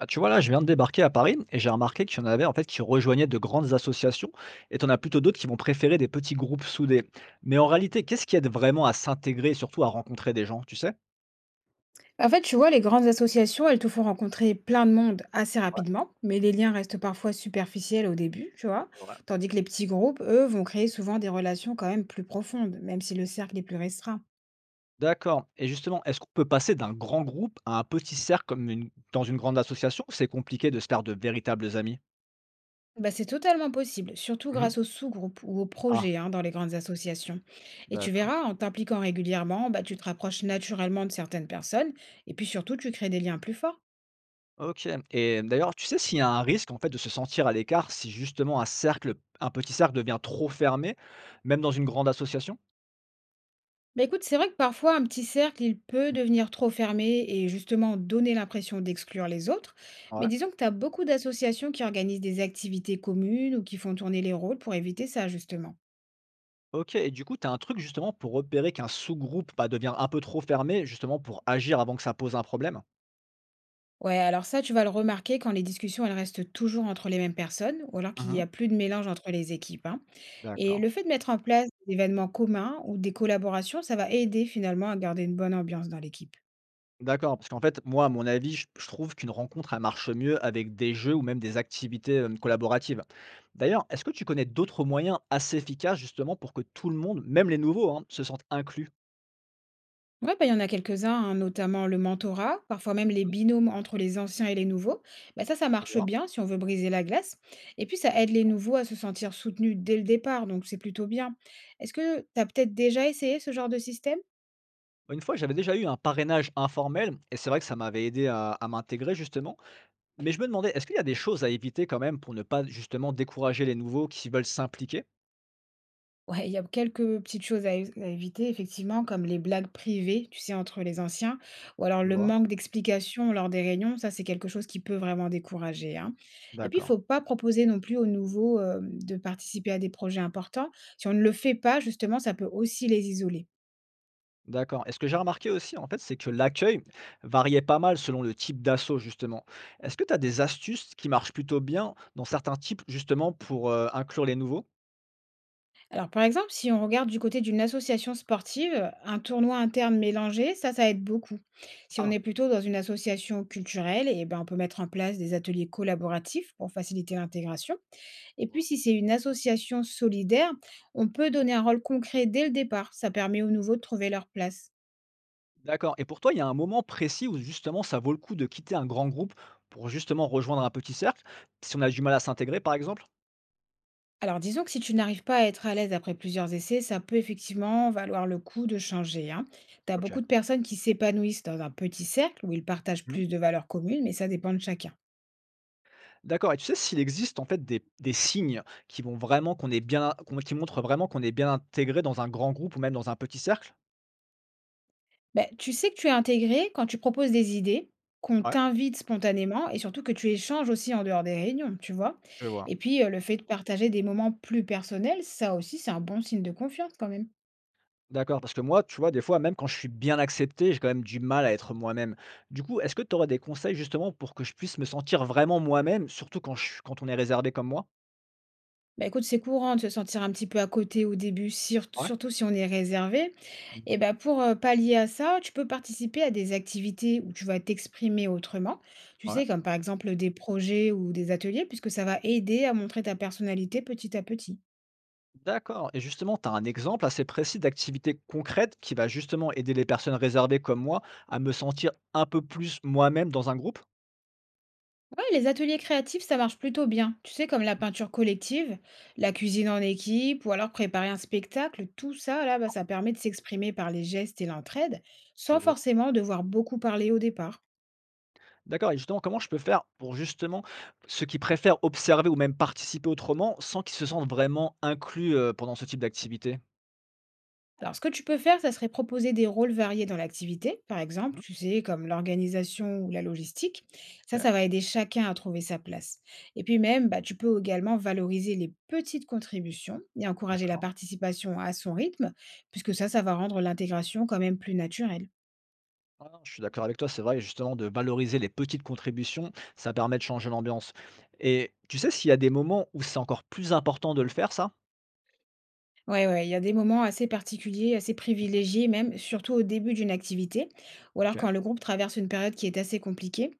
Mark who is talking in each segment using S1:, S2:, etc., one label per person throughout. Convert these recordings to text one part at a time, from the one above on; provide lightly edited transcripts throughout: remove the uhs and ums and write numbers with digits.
S1: Bah, tu vois, là, je viens de débarquer à Paris et j'ai remarqué qu'il y en avait en fait qui rejoignaient de grandes associations et t'en as plutôt d'autres qui vont préférer des petits groupes soudés. Mais en réalité, qu'est-ce qui aide vraiment à s'intégrer et surtout à rencontrer des gens, tu sais?
S2: En fait, tu vois, les grandes associations, elles te font rencontrer plein de monde assez
S1: Ouais,
S2: rapidement, mais les liens restent parfois superficiels au début, tu vois.
S1: c'est vrai.
S2: Tandis que les petits groupes, eux, vont créer souvent des relations quand même plus profondes, même si le cercle est plus restreint.
S1: D'accord. Et justement, est-ce qu'on peut passer d'un grand groupe à un petit cercle comme dans une grande association ou c'est compliqué de se faire de véritables amis?
S2: Bah, c'est totalement possible, surtout
S1: Mhm.
S2: grâce aux sous-groupes ou aux
S1: Ah,
S2: projets hein, dans les grandes associations. Et tu
S1: d'accord.
S2: verras, en t'impliquant régulièrement, bah, tu te rapproches naturellement de certaines personnes, et puis surtout, tu crées des liens plus forts.
S1: Ok. Et d'ailleurs, tu sais s'il y a un risque en fait de se sentir à l'écart si justement un cercle, un petit cercle devient trop fermé, même dans une grande association?
S2: Bah, écoute, c'est vrai que parfois un petit cercle, il peut devenir trop fermé et justement donner l'impression d'exclure les autres. Mais
S1: Ouais.
S2: disons que tu as beaucoup d'associations qui organisent des activités communes ou qui font tourner les rôles pour éviter ça, justement.
S1: OK et du coup, tu as un truc justement pour repérer qu'un sous-groupe, bah, devient un peu trop fermé, justement pour agir avant que ça pose un problème?
S2: Ouais, alors ça, tu vas le remarquer quand les discussions, elles restent toujours entre les mêmes personnes ou alors qu'il n'y
S1: Mmh.
S2: a plus de mélange entre les équipes, hein. Et
S1: D'accord.
S2: le fait de mettre en place des événements communs ou des collaborations, ça va aider finalement à garder une bonne ambiance dans l'équipe.
S1: D'accord, parce qu'en fait, moi, à mon avis, je trouve qu'une rencontre, elle marche mieux avec des jeux ou même des activités, collaboratives. D'ailleurs, est-ce que tu connais d'autres moyens assez efficaces justement pour que tout le monde, même les nouveaux, hein, se sentent inclus?
S2: Ouais, bah, il y en a quelques-uns, hein, notamment le mentorat, parfois même les
S1: Mmh.
S2: binômes entre les anciens et les nouveaux. Bah, ça
S1: Tu
S2: marche
S1: vois?
S2: bien si on veut briser la glace. Et puis, ça aide les nouveaux à se sentir soutenus dès le départ, donc c'est plutôt bien. Est-ce que tu as peut-être déjà essayé ce genre de système?
S1: Une fois, j'avais déjà eu un parrainage informel et c'est vrai que ça m'avait aidé à m'intégrer justement. Mais je me demandais, est-ce qu'il y a des choses à éviter quand même pour ne pas justement décourager les nouveaux qui veulent s'impliquer?
S2: Ouais, il y a quelques petites choses à éviter effectivement, comme les blagues privées, tu sais, entre les anciens, ou alors
S1: Tu
S2: le
S1: vois.
S2: manque d'explications lors des réunions, ça c'est quelque chose qui peut vraiment décourager, hein. Et puis, il
S1: D'accord.
S2: faut pas proposer non plus aux nouveaux, de participer à des projets importants. Si on ne le fait pas, justement, ça peut aussi les isoler.
S1: D'accord. Et ce que j'ai remarqué aussi, en fait, c'est que l'accueil variait pas mal selon le type d'assaut, justement. Est-ce que tu as des astuces qui marchent plutôt bien dans certains types, justement, pour inclure les nouveaux?
S2: Alors, par exemple, si on regarde du côté d'une association sportive, un tournoi interne mélangé, ça aide beaucoup. Si on
S1: Ah,
S2: est plutôt dans une association culturelle, et ben, on peut mettre en place des ateliers collaboratifs pour faciliter l'intégration. Et
S1: je
S2: puis,
S1: vois.
S2: si c'est une association solidaire, on peut donner un rôle concret dès le départ. Ça permet aux nouveaux de trouver leur place.
S1: D'accord. Et pour toi, il y a un moment précis où justement ça vaut le coup de quitter un grand groupe pour justement rejoindre un petit cercle, si on a du mal à s'intégrer, par exemple?
S2: Alors, disons que si tu n'arrives pas à être à l'aise après plusieurs essais, ça peut effectivement valoir le coup de changer. Hein. Tu as
S1: Ok.
S2: beaucoup de personnes qui s'épanouissent dans un petit cercle où ils partagent plus de valeurs communes, mais ça dépend de chacun.
S1: D'accord et tu sais s'il existe en fait des signes qui vont vraiment qu'on est bien qu'on qui montrent vraiment qu'on est bien intégré dans un grand groupe ou même dans un petit cercle?
S2: Ben, tu sais que tu es intégré quand tu proposes des idées, qu'on
S1: Ouais,
S2: t'invite spontanément et surtout que tu échanges aussi en dehors des réunions, tu vois.
S1: je vois.
S2: Et puis, le fait de partager des moments plus personnels, ça aussi, c'est un bon signe de confiance quand même.
S1: D'accord, parce que moi, tu vois, des fois, même quand je suis bien accepté, j'ai quand même du mal à être moi-même. Du coup, est-ce que tu aurais des conseils justement pour que je puisse me sentir vraiment moi-même, surtout quand je suis quand on est réservé comme moi?
S2: Bah, écoute, c'est courant de se sentir un petit peu à côté au début,
S1: Ouais.
S2: surtout si on est réservé.
S1: Mmh.
S2: Et bah, pour pallier à ça, tu peux participer à des activités où tu vas t'exprimer autrement. Tu
S1: Ouais.
S2: sais, comme par exemple des projets ou des ateliers, puisque ça va aider à montrer ta personnalité petit à petit.
S1: D'accord et justement, tu as un exemple assez précis d'activité concrète qui va justement aider les personnes réservées comme moi à me sentir un peu plus moi-même dans un groupe?
S2: Ouais, les ateliers créatifs, ça marche plutôt bien. Tu sais, comme la peinture collective, la cuisine en équipe, ou alors préparer un spectacle, tout ça, là, bah, ça permet de s'exprimer par les gestes et l'entraide,
S1: Je
S2: sans
S1: vois.
S2: forcément devoir beaucoup parler au départ.
S1: D'accord et justement, comment je peux faire pour justement ceux qui préfèrent observer ou même participer autrement, sans qu'ils se sentent vraiment inclus, pendant ce type d'activité?
S2: Alors, ce que tu peux faire, ça serait proposer des rôles variés dans l'activité, par exemple,
S1: Mmh.
S2: tu sais, comme l'organisation ou la logistique. Ça,
S1: OK,
S2: ça va aider chacun à trouver sa place. Et puis même, bah, tu peux également valoriser les petites contributions et encourager la
S1: d'accord.
S2: participation à son rythme, puisque ça, ça va rendre l'intégration quand même plus naturelle.
S1: Ouais, non, je suis d'accord avec toi, c'est vrai, justement de valoriser les petites contributions, ça permet de changer l'ambiance et tu sais s'il y a des moments où c'est encore plus important de le faire ça?
S2: Ouais, ouais, il y a des moments assez particuliers, assez privilégiés même, surtout au début d'une activité, ou
S1: OK,
S2: alors quand le groupe traverse une période qui est assez compliquée.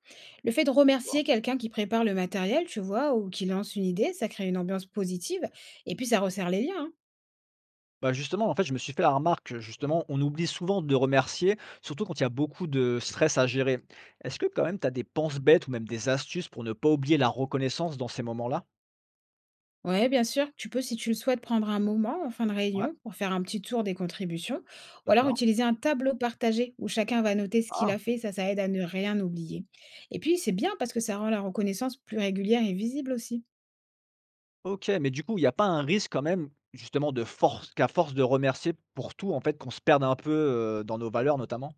S2: Le fait de
S1: pourquoi?
S2: remercier quelqu'un qui prépare le matériel, tu vois, ou qui lance une idée, ça crée une ambiance positive, et puis ça resserre les liens. Hein.
S1: Bah, justement, en fait, je me suis fait la remarque que justement, on oublie souvent de remercier, surtout quand il y a beaucoup de stress à gérer. Est-ce que quand même tu as des penses bêtes ou même des astuces pour ne pas oublier la reconnaissance dans ces moments-là?
S2: Ouais, bien sûr, tu peux, si tu le souhaites, prendre un moment en fin de
S1: Ouais,
S2: réunion pour faire un petit tour des contributions, ou alors
S1: d'accord.
S2: utiliser un tableau partagé où chacun va noter ce qu'il
S1: Ah,
S2: a fait, ça aide à ne rien oublier. Et puis, c'est bien parce que ça rend la reconnaissance plus régulière et visible aussi.
S1: ok, mais du coup, il n'y a pas un risque quand même, justement, de force qu'à force de remercier pour tout, en fait, qu'on se perde un peu, dans nos valeurs notamment?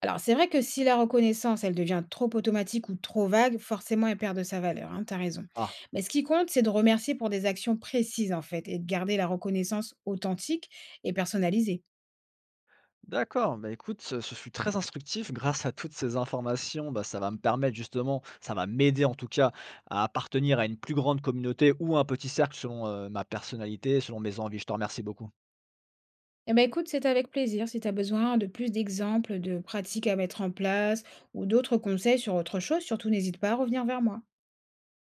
S2: Alors, c'est vrai que si la reconnaissance, elle devient trop automatique ou trop vague, forcément, elle perd de sa valeur. Hein, tu as raison.
S1: Ah,
S2: Mais ce qui compte, c'est de remercier pour des actions précises, en fait, et de garder la reconnaissance authentique et personnalisée.
S1: d'accord, bah, écoute, ce fut très instructif. Grâce à toutes ces informations, bah, ça va me permettre justement ça va m'aider en tout cas à appartenir à une plus grande communauté ou un petit cercle selon, ma personnalité, selon mes envies. Je te remercie beaucoup.
S2: Eh ben écoute, c'est avec plaisir. Si tu as besoin de plus d'exemples, de pratiques à mettre en place ou d'autres conseils sur autre chose, surtout n'hésite pas à revenir vers moi.